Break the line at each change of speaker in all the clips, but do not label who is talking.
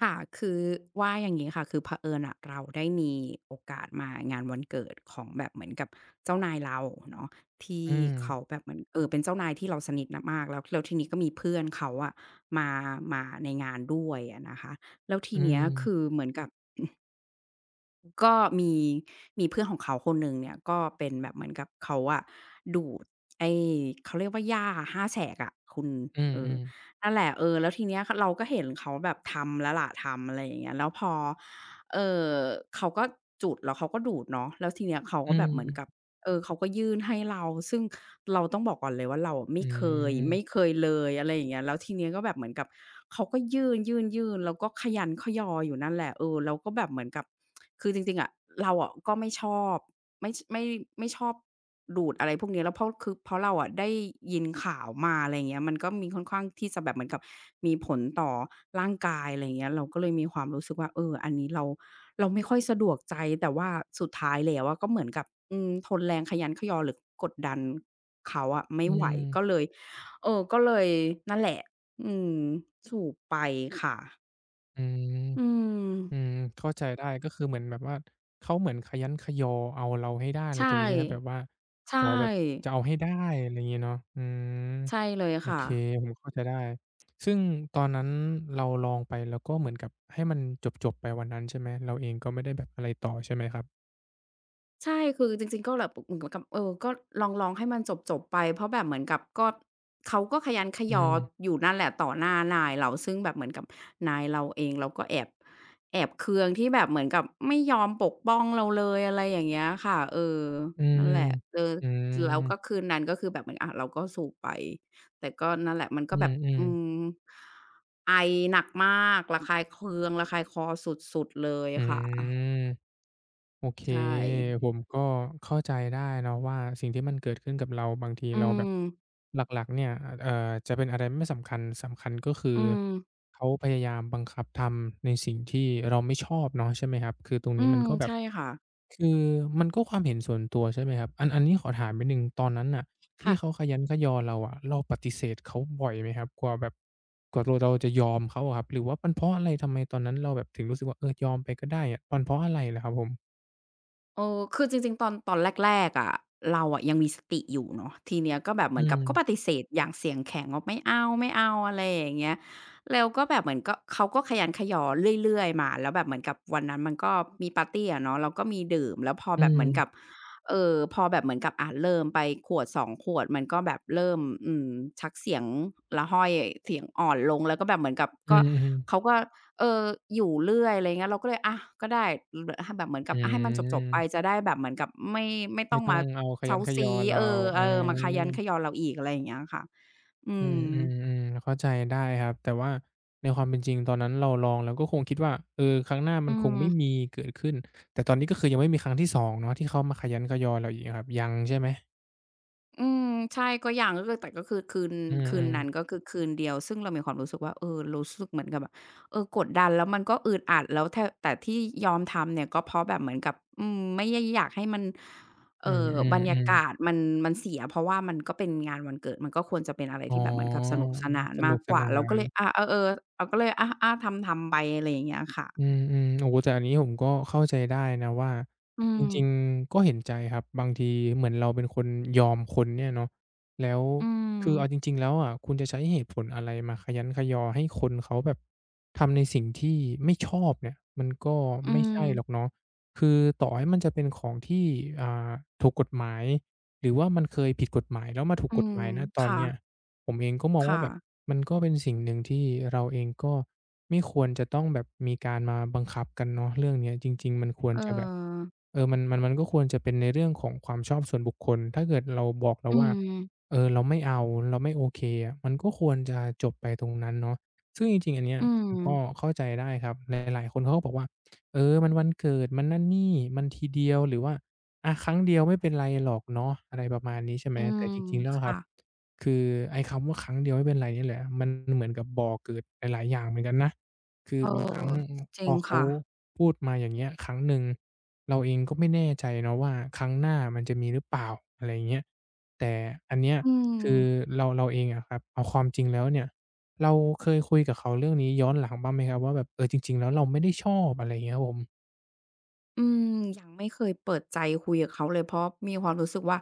ค่ะคือว่าอย่างงี้ค่ะคือเผอิญอะเราได้มีโอกาสมางานวันเกิดของแบบเหมือนกับเจ้านายเราเนาะที่
อืม
เขาแบบเหมือนเป็นเจ้านายที่เราสนิทนะมากแล้วแล้วทีนี้ก็มีเพื่อนเขาอะมามาในงานด้วยอะนะคะแล้วที
อื
เนี้ยคือ
ม
เหมือนกับ ก็มีเพื่อนของเขาคนหนึ่งเนี่ยก็เป็นแบบเหมือนกับเขาอะดูดไอ้เขาเรียกว่าหญ้าห้าแฉกอะคุณ
อืม
เอ
อื
อ
ม
นั่นแหละเออแล้วทีเนี้ยขเราก็เห็นเขาแบบทำแล้วล่ะทำอะไรอย่างเงี้ยแล้วพอเอ่อเขาก็จุดแล้วเขาก็ดูดเนาะแล้วทีเนี้ยเขา
อื
ก็แบ
ม
บเหมือนกับ เออเขาก็ยื่นให้เราซึ่งเราต้องบอกก่อนเลยว่าเราอะ
อื
ไม่
ม
เคยเลยอะไรอย่างเงี้ยแล้วทีเนี้ยก็แบบเหมือนกับเขาก็ยื่นๆๆแล้วก็ขยันขยออยู่นั่นแหละเออเราก็แบบเหมือนกับคือจริงๆอะเราอะก็ไม่ชไม่ไม่ชอบดูดอะไรพวกนี้แล้วเพราะคือเพราะเราอะได้ยินข่าวมาอะไรอย่างเงี้ยมันก็มีค่อนข้างที่จะแบบเหมือนกับมีผลต่อร่างกายอะไรอย่างเงี้ยเราก็เลยมีความรู้สึกว่าเอออันนี้เรา เราไม่ค่อยสะดวกใจแต่ว่าสุดท้ายแล้วอะก็เหมือนกับอืมทนแรงขยันเขยอหรือกดดันเขาอะไม่
อื
ไหวก็
ม
เลยก็เลยนั่นแหละอืมสูบไปค่ะ
อืม
อืม
อืมเข้าใจได้ก็คือเหมือนแบบว่าเขาเหมือนขยั้นขยอเอาเราให้ได้อะไร
ใช่
ตรงนี้ใช่ไหมแบบว่า
ใช
ขอแบบ
่
จะเอาให้ได้อะไรอย่างงี้เนาะอืม
ใช่เลย
โอ
ค่ะ
เคผมเข้าใจได้ซึ่งตอนนั้นเราลองไปแล้วก็เหมือนกับให้มันจบๆไปวันนั้นใช่ไหมเราเองก็ไม่ได้แบบอะไรต่อใช่ไหมครับ
ใช่ คือจริงๆก็แบบเหมือนกับเออก็ลองๆให้มันจบๆไปเพราะแบบเหมือนกับก็เขาก็ขยันข
อื
ยออ
ม
ยู่นั่นแหละต่อหน้านายเรา ซึ่งแบบเหมือนกับนายเราเองเราก็แอบเคืองที่แบบเหมือนกับไม่ยอมปกป้องเราเลยอะไรอย่างเงี้ยค่ะเออ
อื
นั่
ม
นแหละเออ
อื
แล้วก็
ม
คืนนั้นก็คือแบบเหมือนอะเราก็สูบไปแต่ก็นั่นแหละมันก็
อื
แบบอื
ม
ม
ๆ
ไอหนักมากระคายเคืองระคายคอสุดๆเลย
อื
ค่ะ
ม โอเค
ใช่
ผมก็เข้าใจได้เนาะว่าสิ่งที่มันเกิดขึ้นกับเราบางที
อื
เราแบบ
ม
หลักๆเนี่ยจะเป็นอะไรไม่สำคัญสำคัญก็คือ
อืม
เขาพยายามบังคับทำในสิ่งที่เราไม่ชอบเนาะใช่ไหมครับคือตรง
อื
นี้มั
ม
นก็แบบ
ใช่ค่ะ
คือมันก็ความเห็นส่วนตัวใช่ไหมครับอันนี้ขอถามนิดหนึ่งตอนนั้นน่ะที่เขา
ค่ะ
คะยั้นคะยอเราอะเราปฏิเสธเขาบ่อยไหมครับกว่าแบบกว่าตัวเราจะยอมเขาอะครับหรือว่ามันเพราะอะไรทำไมตอนนั้นเราแบบถึงรู้สึกว่าเออยอมไปก็ได้อะมันเพราะอะไรเหรอครับผม
เออคือจริงๆตอนแรกๆอะเราอะยังมีสติอยู่เนาะทีเนี้ยก็แบบเห
อื
มือนกับก็ป
ม
ฏิเสธอย่างเสียงแข็งว่าไม่เอาๆอะไรอย่างเงี้ยแล้วก็แบบเหมือนก็เขาก็ขยันขยอเรื่อยๆมาแล้วแบบเหมือนกับวันนั้นมันก็มีปาร์ตีอะเนาะเราก็มีดื่มแล้วพอ
อื
แบบเหมือนกับ
ม
พอแบบเหมือนกับเริ่มไปขวดสองขวดมันก็แบบเริ่มอืมชักเสียงระห้อยเสียงอ่อนลงแล้วก็แบบเหมือนกับ
อื
ก็
อ
เขา
ๆ
ก็ เอออยู่เรื่อยอะไรเงี้ยเราก็เลยอะก็ได้ลแบบเหมือน
อื
กับอะให้มันจบๆไปจะ
ม
ได้แบบเหมือนกับไม่ต้
ไม่
อง
ต้อง
มา
เอาคะยั้
เซ้า
นคะยอ
ซี้
เรา
เอ
อื
อๆมาคะ
ม
ยั้นคะยอเราอีกอะไรอย่างเงี้ยค่ะอื
อื
ม
มๆๆเข้าใจได้ครับแต่ว่าในความเป็นจริงตอนนั้นเราลองเราก็คงคิดว่า เออครั้งหน้ามัน
อื
คง
ม
ไม่มีเกิดขึ้น แต่ตอนนี้ก็คือยังไม่มีครั้งที่สองเนาะที่เขามาคะยั้นคะยอเราอีกอะครับ ยังใช่ไหม
อืมใช่ก็ยังก็คือแต่ก็คือ
อื
คื
ม
นนั้นก็
ๆ
คือคืนเดียวซึ่งเรามีความรู้สึกว่าเออรู้สึกเหมือนกับแบบเออกดดันแล้วมันก็อึดอัดแล้วแต่ที่ยอมทำเนี่ยก็เพราะแบบเหมือนกับอืมไม่ได้อยากให้มัน
อื
บรรยา
อๆ
กาศ
ๆ
มันเสียเพราะว่ามันก็เป็นงานวันเกิดมันก็ควรจะเป็นอะไร
อ๋
ที่
อ
แบบเหมือนกับสนุกสนาน
ส
มา
นุ
ก
กส
กว่า
นา
เราก็เลย
น
อาเออๆเราก็เลยอาๆทำๆไปอะไรอย่างเงี้ยค่ะ
อืมๆโอ้โฮแต่อันนี้ผมก็เข้าใจได้นะว่า
อื
จ
ม
ริงๆก็เห็นใจครับบางทีเหมือนเราเป็นคนยอมคนเนี่ยเนาะแล้ว
อื
คือเอาจ
ม
ริงๆแล้วอะคุณจะใช้เหตุผลอะไรมาคะยั้นคะยอให้คนเขาแบบทำในสิ่งที่ไม่ชอบเนี่ยมันก็
อื
ไม่
ม
ใช่หรอกเนาะคือต่อให้มันจะเป็นของที่อ่าถูกกฎหมายหรือว่ามันเคยผิดกฎหมายแล้วมาถูก
อื
กฎ
ม
หมายณตอน
ค่ะ
เนี้ย ผมเองก็มองว่า
ค่ะ
แบบมันก็เป็นสิ่งหนึ่งที่เราเองก็ไม่ควรจะต้องแบบมีการมาบังคับกันเนาะเรื่องเนี้ยจริงๆมันควร
เออ
จะแบบเออมันก็ควรจะเป็นในเรื่องของความชอบส่วนบุคคลถ้าเกิดเราบอกแล้ว
อื
ว่า
ม
เออเราไม่เอาเราไม่โอเคอะมันก็ควรจะจบไปตรงนั้นเนาะซึ่งจริงๆอันเนี้ย
อื
ผม
ม
ก็เข้าใจได้ครับหลายๆคนเขาก็บอกว่าเออมันวันเกิดมันนั่นนี่มันทีเดียวหรือว่าอะครั้งเดียวไม่เป็นไรหรอกเนาะอะไรประมาณนี้ใช่ไหม
อื
แต่
ม
จริงๆแล้วครั
ค่ะ
บ คือไอ้คำว่าครั้งเดียวไม่เป็นไรเนี่ยแหละมันเหมือนกับบ่อเกิดหลายๆอย่างเหมือนกันนะคือ
เอ
บางครั้ง
อจ
พ
ริ
อ
ง
เขา
ค่ะ
พูดมาอย่างเงี้ยครั้งหนึ่งเราเองก็ไม่แน่ใจเนาะว่าครั้งหน้ามันจะมีหรือเปล่าอะไรอย่างเงี้ยแต่อันเนี้ย
อื
คือ
ม
เราเองอะครับเอาความจริงแล้วเนี่ยเราเคยคุยกับเขาเรื่องนี้ย้อนหลังบ้างไหมครับว่าแบบเออจริงๆแล้วเราไม่ได้ชอบอะไรอย่างเงี้ยครับผม
อืมยังไม่เคยเปิดใจคุยกับเขาเลยเพราะมีความรู้สึกว่า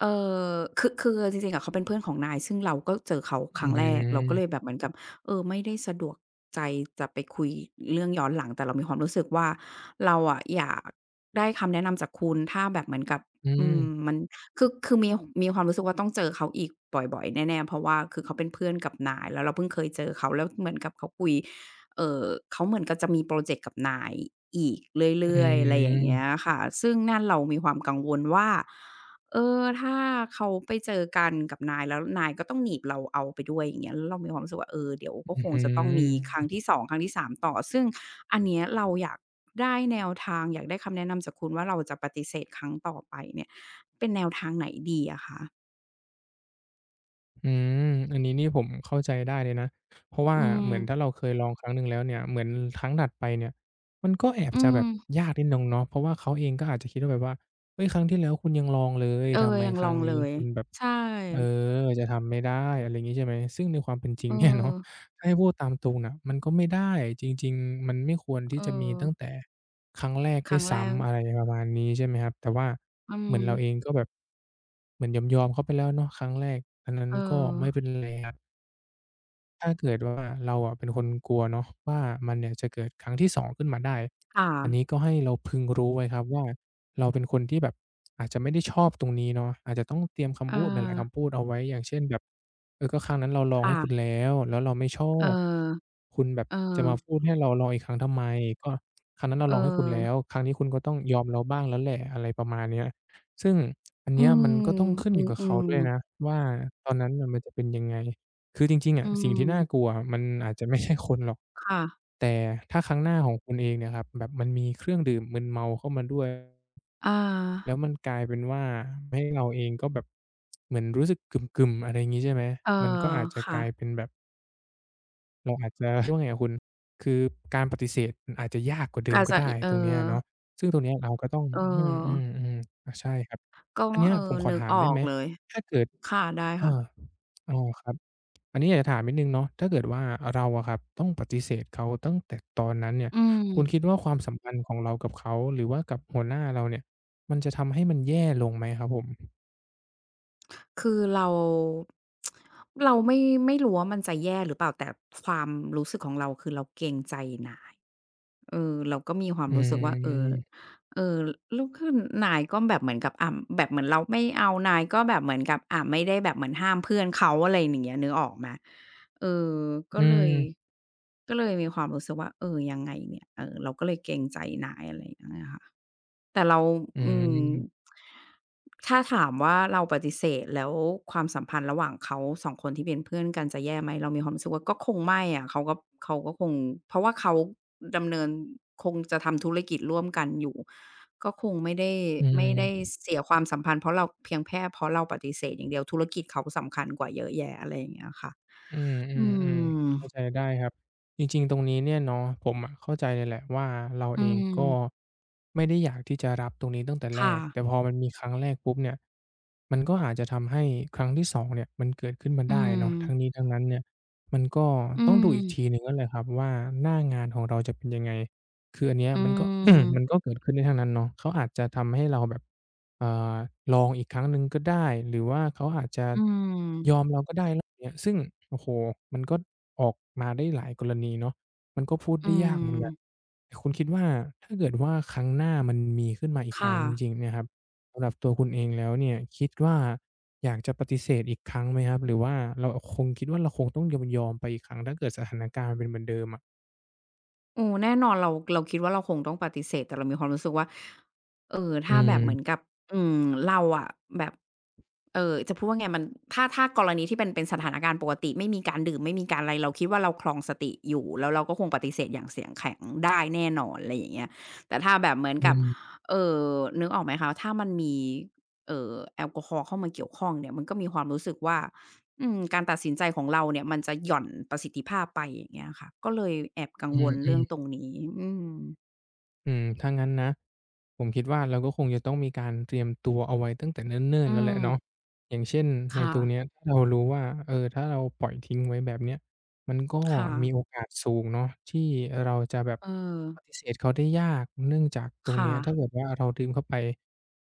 เอ่คือจริงๆอะเขาเป็นเพื่อนของนายซึ่งเราก็เจอเขาค
อื
รั้งแรกเราก็เลย
ม
แบบเหมือนกับเออไม่ได้สะดวกใจจะไปคุยเรื่องย้อนหลังแต่เรามีความรู้สึกว่าเราอะอยากได้คำแนะนำจากคุณถ้าแบบเหมือนกับ
อื
อื
ม
มมันคือมีความรู้สึกว่าต้องเจอเขาอีกบ่อยๆแน่ๆเพราะว่าคือเขาเป็นเพื่อนกับนายแล้วเราเพิ่งเคยเจอเขาแล้วเหมือนกับเขาคุย เอ่อเขาเหมือนกับจะมีพรอเจกต์กับนายอีก
อื
เรื่อยๆอะไรอย่างเงี้ย
ม
ค่ะซึ่งนั่นเรามีความกังวลว่าเออถ้าเขาไปเจอกันกับนายแล้วนายก็ต้องหนีบเราเอาไปด้วยอย่างเงี้ยแล้วเรามีความรู้สึกว่าเออเดี๋ยวก็
อื
ค
อ
ง
ฮึ
จะต้องมีครั้งที่สองครั้งที่สามต่อซึ่งอันเนี้ยเราอยากได้แนวทางอยากได้คำแนะนำจากคุณว่าเราจะปฏิเสธครั้งต่อไปเนี่ยเป็นแนวทางไหนดีอะคะ
อืมอันนี้นี่ผมเข้าใจได้เลยนะเพราะว่า
อืม
เหมือนถ้าเราเคยลองครั้งหนึ่งแล้วเนี่ยเหมือนครั้งถัดไปเนี่ยมันก็แอบ
อื
จะแบ
ม
บยากนิดหนึงเนาะเพราะว่าเขาเองก็อาจจะคิดว่าแบบว่าเฮ้ยครั้งที่แล้วคุณยังลองเลย
เออ
ทำไม
ยัง
ค
ล
รั้
อ
ง
ง
นี้
เลย
คุณแบบ
ใช่
เออจะทำไม่ได้อะไรงี้ใช่ไหมซึ่งในความเป็นจริง
เออ
เนี่ยเนาะถ้าให้พูดตามตรงน่ะมันก็ไม่ได้จริงๆมันไม่ควรที่
เออ
จะมีตั้งแต่ครั้งแรก
ค
ด้ว
รั้
ย
งแรก
ซ้ำอะไรประมาณนี้ใช่ไหมครับแต่ว่า
อื
เหมือนเราเอง
ม
ก็แบบเหมือนยอมๆเขาไปแล้วเนาะครั้งแรกอันนั้น
เอ
ก็
อ
ไม่เป็นไรครับ ถ้าเกิดว่าเราอะเป็นคนกลัวเนาะว่ามันเนี่ยจะเกิดครั้งที่สองขึ้นมาได้
ค่ะ
อันนี้ก็ให้เราพึงรู้ไว้ครับว่าเราเป็นคนที่แบบอาจจะไม่ได้ชอบตรงนี้เนาะอาจจะต้องเตรียมคำ
เอ
พูดหลา
อ
ยๆคำพูดเอาไว้อย่างเช่นแบบเออก็ครั้งนั้นเราลองให้
ค่ะ
คุณแล้วเราไม่ชอ
เออ
บคุณแบบ
เอ
จะ
อ
มาพูดให้เราลองอีกครั้งทำไมก็ครั้งนั้นเรา
เออ
ลองให้คุณแล้วครั้งนี้คุณก็ต้องยอมเราบ้างแล้วแหละอะไรประมาณเนี้ยซึ่งอัน
อื
เนี้ยมั
ม
นก็ต้องขึ้น
อื
อยู่
ม
กับ
อื
เขา
ม
ด้วยนะว่าตอนนั้นน่ะมันจะเป็นยังไง คือจริงๆ
อื
อะสิ่งที่น่ากลัว
ม
มันอาจจะไม่ใช่คนหรอก
ค่ะ
แต่ถ้าครั้งหน้าของคุณเองเนี่ยครับแบบมันมีเครื่องดื่มมึนเมาเข้ามาด้วย
อา
แล้วมันกลายเป็นว่าให้เราเองก็แบบเหมือนรู้สึกกึ่มๆอะไรงี้ใช่ไหม
เออ
มันก็อาจจะก
ค่ะ
ลายเป็นแบบเราอาจจะเรียกว่าไงอะคุณคือการปฏิเสธมันอาจจะยากกว่าเดิม
กา
ก็
จะ
ได้
อิเอ
ตรงเนี้ย
อ
เนาะซึ่งตรงเนี้ยเราก็ต้อง
เออ
อืมๆๆอาใช่ครับ
ก็
อันเนี้ย
เออ
ผมขอ
นึก
ถาม
อ
ได้
อก
ไหม
เลย
ถ้าเกิด
ค่ะ ได้
เออ
ค่ะ
อ๋อครับ อันนี้อยากจะถามนิดนึงเนาะถ้าเกิดว่าเราอะครับต้องปฏิเสธเขาตั้งแต่ตอนนั้นเนี่ย
อื
คุณคิด
ม
ว่าความสัมพันธ์ของเรากับเขาหรือว่ากับหัวหน้าเราเนี่ยมันจะทำให้มันแย่ลงไหมครับผม
คือเราเราไม่รู้ว่ามันจะแย่หรือเปล่าแต่ความรู้สึกของเราคือเราเกรงใจนายเออเราก็มีความ
อื
รู้สึกว่าเออ
ม
เออลุกขึ้นนายก็แบบเหมือนกับอ่าแบบเหมือนเราไม่เอานายก็แบบเหมือนกับอ่าไม่ได้แบบเหมือนห้ามเพื่อนเขาอะไรอย่างเงี้ยนึกออกไหมเออก็
อื
เลย
ม
ก็เลยมีความรู้สึกว่าเออยังไงเนี่ยเออเราก็เลยเกรงใจนายอะไรอย่างเงี้ยค่ะ แต่เรา
อื
อืม
ม
ถ้าถามว่าเราปฏิเสธแล้วความสัมพันธ์ระหว่างเขาสองคนที่เป็นเพื่อนกันจะแย่ไหมเรามีความรู้สึกว่าก็คงไม่อะเขาก็เขาก็คงเพราะว่าเขาดำเนินคงจะทำธุรกิจร่วมกันอยู่ก็คงไม่ได้
อื
ไม่ได้
ม
เสียความสัมพันธ์เพราะเราเพียงแค่เพราะเราปฏิเสธอย่างเดียวธุรกิจเขาสำคัญกว่าเยอะแยะอะไรอย่างเงี้ยค่ะ
อืมออื
อื
มอืม
ม
เข้าใจได้ครับจริงๆตรงนี้เนี่ยเนาะผมอะเข้าใจเลยแหละว่าเรา
อื
เอง
ม
ก็ไม่ได้อยากที่จะรับตรงนี้ตั้งแต่แร
ค่ะ
กแต่พอมันมีครั้งแรกปุ๊บเนี่ยมันก็อาจจะทำให้ครั้งที่สองเนี่ยมันเกิดขึ้นมา
อื
ได้เนาะทั้ง
ม
นี้ทั้งนั้นเนี่ยมันก็
อื
ต้องดูอีกทีห
ม
นึ่งก็เลยครับว่าหน้างานของเราจะเป็นยังไงคืออันเนี้ย
อื
มันก็
ม
มันก็เกิดขึ้นได้ทั้งนั้นเนาะเขาอาจจะทำให้เราแบบ เอ่อลองอีกครั้งหนึ่งก็ได้หรือว่าเขาอาจจะ
อื
ยอม
ม
เราก็ได้รอบเนี้ยซึ่งโอ้โฮมันก็ออกมาได้หลายกรณีเนาะมันก็พูด
อื
ได้ยากเหมือนกัน
ม
แต่คุณคิดว่าถ้าเกิดว่าครั้งหน้ามันมีขึ้นมาอีกครั้
ค่ะ
งจริงๆเนี่ยครับ สำหรับตัวคุณเองแล้วเนี่ยคิดว่าอยากจะปฏิเสธอีกครั้งไหมครับหรือว่าเราคงคิดว่าเราคงต้องยอมไปอีกครั้งถ้าเกิดสถานการณ์มันเป็นเหมือนเดิมอะ
โอ้แน่นอนเราเราคิดว่าเราคงต้องปฏิเสธแต่เรามีความรู้สึกว่า
อื
ถ้าแบบเหมือน
ม
กับอืมเราอะแบบจะพูดว่าไงมันถ้าถ้ากรณีที่เป็นสถานการณ์ปกติไม่มีการดื่มไม่มีการอะไรเราคิดว่าเราคลองสติอยู่แล้วเราก็คงปฏิเสธอย่างเสียงแข็งได้แน่นอนอะไรอย่างเงี้ยแต่ถ้าแบบเหมือน
อื
กับ
ม
เอ่อนึกออกไหมคะถ้ามันมีแอลกอฮอล์เข้ามาเกี่ยวข้องเนี่ยมันก็มีความรู้สึกว่า อืมการตัดสินใจของเราเนี่ยมันจะหย่อนประสิทธิภาพไปอย่างเงี้ยค่ะก็เลยแอบกัง
อื
วลเรื่
ม
องต
ๆ
รงนี้อืม
อืมถ้างั้นนะผมคิดว่าเราก็คงจะต้องมีการเตรียมตัวเอาไว้ตั้งแต่เนิ่น
อื
ๆแล้วแหละ
ม
เนาะอย่างเช่นใน
ค่ะ
ตรงเนี้ยถ้าเรารู้ว่าเออถ้าเราปล่อยทิ้งไว้แบบเนี้ยมันก็
ค่ะ
มีโอกาสสูงเนาะที่เราจะแบบ
เออ
ปฏิเสธเขาได้ยากเนื่องจากตรงเนี้
ค่ะ
ยถ้าเกิดว่าเราดึงเข้าไป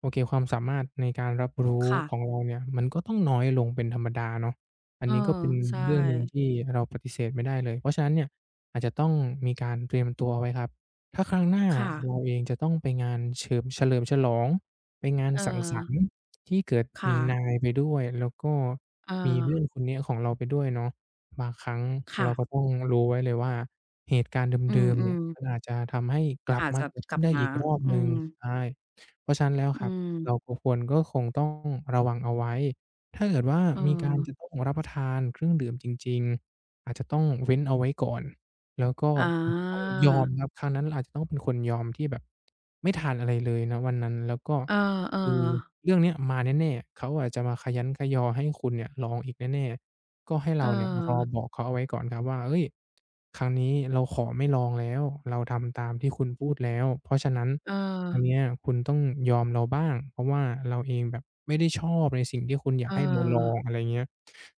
โอเคความสามารถในการรับรู้
ค่ะ
ของเราเนี่ยมันก็ต้องน้อยลงเป็นธรรมดาเนาะอัน
เออ
นี้ก็เป็น
ใช่
เรื่องหนึ่งที่เราปฏิเสธไม่ได้เลยเพราะฉะนั้นเนี่ยอาจจะต้องมีการเตรียมตัวเอาไว้ครับ ถ้าครั้งหน้า
ค่ะ
เราเองจะต้องไปงานเฉลิมฉลองไปงาน
เออ
สังสรรค์ที่เกิดมี
ค่ะ
นายไปด้วยแล้วก็
เอ
มี
อ
เพื่อนคนเนี้ยของเราไปด้วยเนาะบางครั้งเราก็
ค่ะ
ต้องรู้ไว้เลยว่าเหตุการณ์
อื
เดิมๆเนี่
ม
ยมัน
ๆ
อาจจะทำให้กลับ
อาจ
มา
จะ
เกิด
ก
ขึ้
ลั
น
บ
ได้
มา
อีกรอบ
อื
หนึ่ง
ม
ใช่เพราะฉะนั้นแล้ว
อื
ครับ
ม
เราก็คงต้องระวังเอาไว้ถ้าเกิดว่า
เอ
มีการจะ
อ
ต้องรับประทานเครื่องดื่มจริงๆอาจจะต้องเว้นเอาไว้ก่อน แล้วก็
อา
อาจจะต้องยอมครับครั้งนั้นเราอาจจะต้องเป็นคนยอมที่แบบไม่ทานอะไรเลยณวันนั้นแล้วก็
เออ
คือ
ๆ
เรื่องเนี้ยมาแน่ๆเขาอาจจะมาคะยั้นคะยอให้คุณเนี่ยลองอีกแน่ๆก็ให้
เอ
เราเนี่ยรอ
อ
บอกเขาเอาไว้ก่อนครับว่าเฮ้ยครั้งนี้เราขอไม่ลองแล้วเราทำตามที่คุณพูดแล้วเพราะฉะนั้น
เออ
คันเนี้ยคุณต้องยอมเราบ้างเพราะว่าเราเองแบบไม่ได้ชอบในสิ่งที่คุณอยาก
ๆ
ให้เราลองอะไรเงี้ย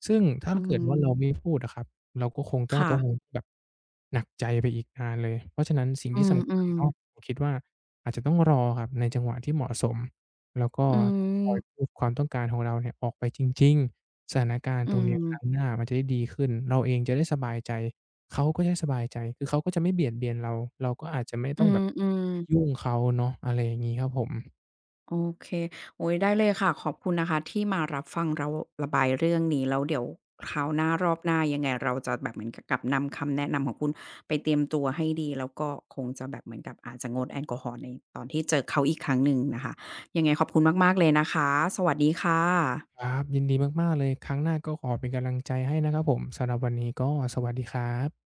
ซึ่งถ้า
อื
เกิดว่าเรา
ม
ไม่พูดอะครับ เราก็คงจะ
ค่ะ
ต้องแบบหนักใจไปอีกนานเลย เพราะฉะนั้นสิ่ง
อื
ที่สำคัญ
ม
เนาะ
ๆ
ผมคิดว่าอาจจะต้องรอครับในจังหวะที่เหมาะสมแล้วก็
อื
ต้องคอย
ม
พูดความต้องการของเราเนี่ยออกไปจริงๆสถานการณ์
อื
ตรงเนี้ยครั้งห
ม
น้ามันจะได้ดีขึ้นเราเองจะได้สบายใจเขาก็จะสบายใจคือเขาก็จะไม่เบียดเบียนเราเราก็อาจจะไม่
อื
ต้องแบ
ม
บ
อืม
ไปยุ่งเขาเนาะอะไรอย่างงี้ครับผม
โอเคโอ้ยได้เลยค่ะขอบคุณนะคะที่มารับฟังเราระบายเรื่องนี้แล้วเดี๋ยวคราวหน้ารอบหน้ายังไงเราจะแบบเหมือนกับนำคำแนะนำของคุณไปเตรียมตัวให้ดีแล้วก็คงจะแบบเหมือนกับอาจจะงดแอลกอฮอล์ในตอนที่เจอเขาอีกครั้งหนึ่งนะคะยังไงขอบคุณมากๆเลยนะคะสวัสดีค่
ค
ะ
รับยินดีมากๆเลยครั้งหน้าก็ขอเป็นกำลังใจให้นะครับผมสำหรับวันนี้ก็สวัสดีครับ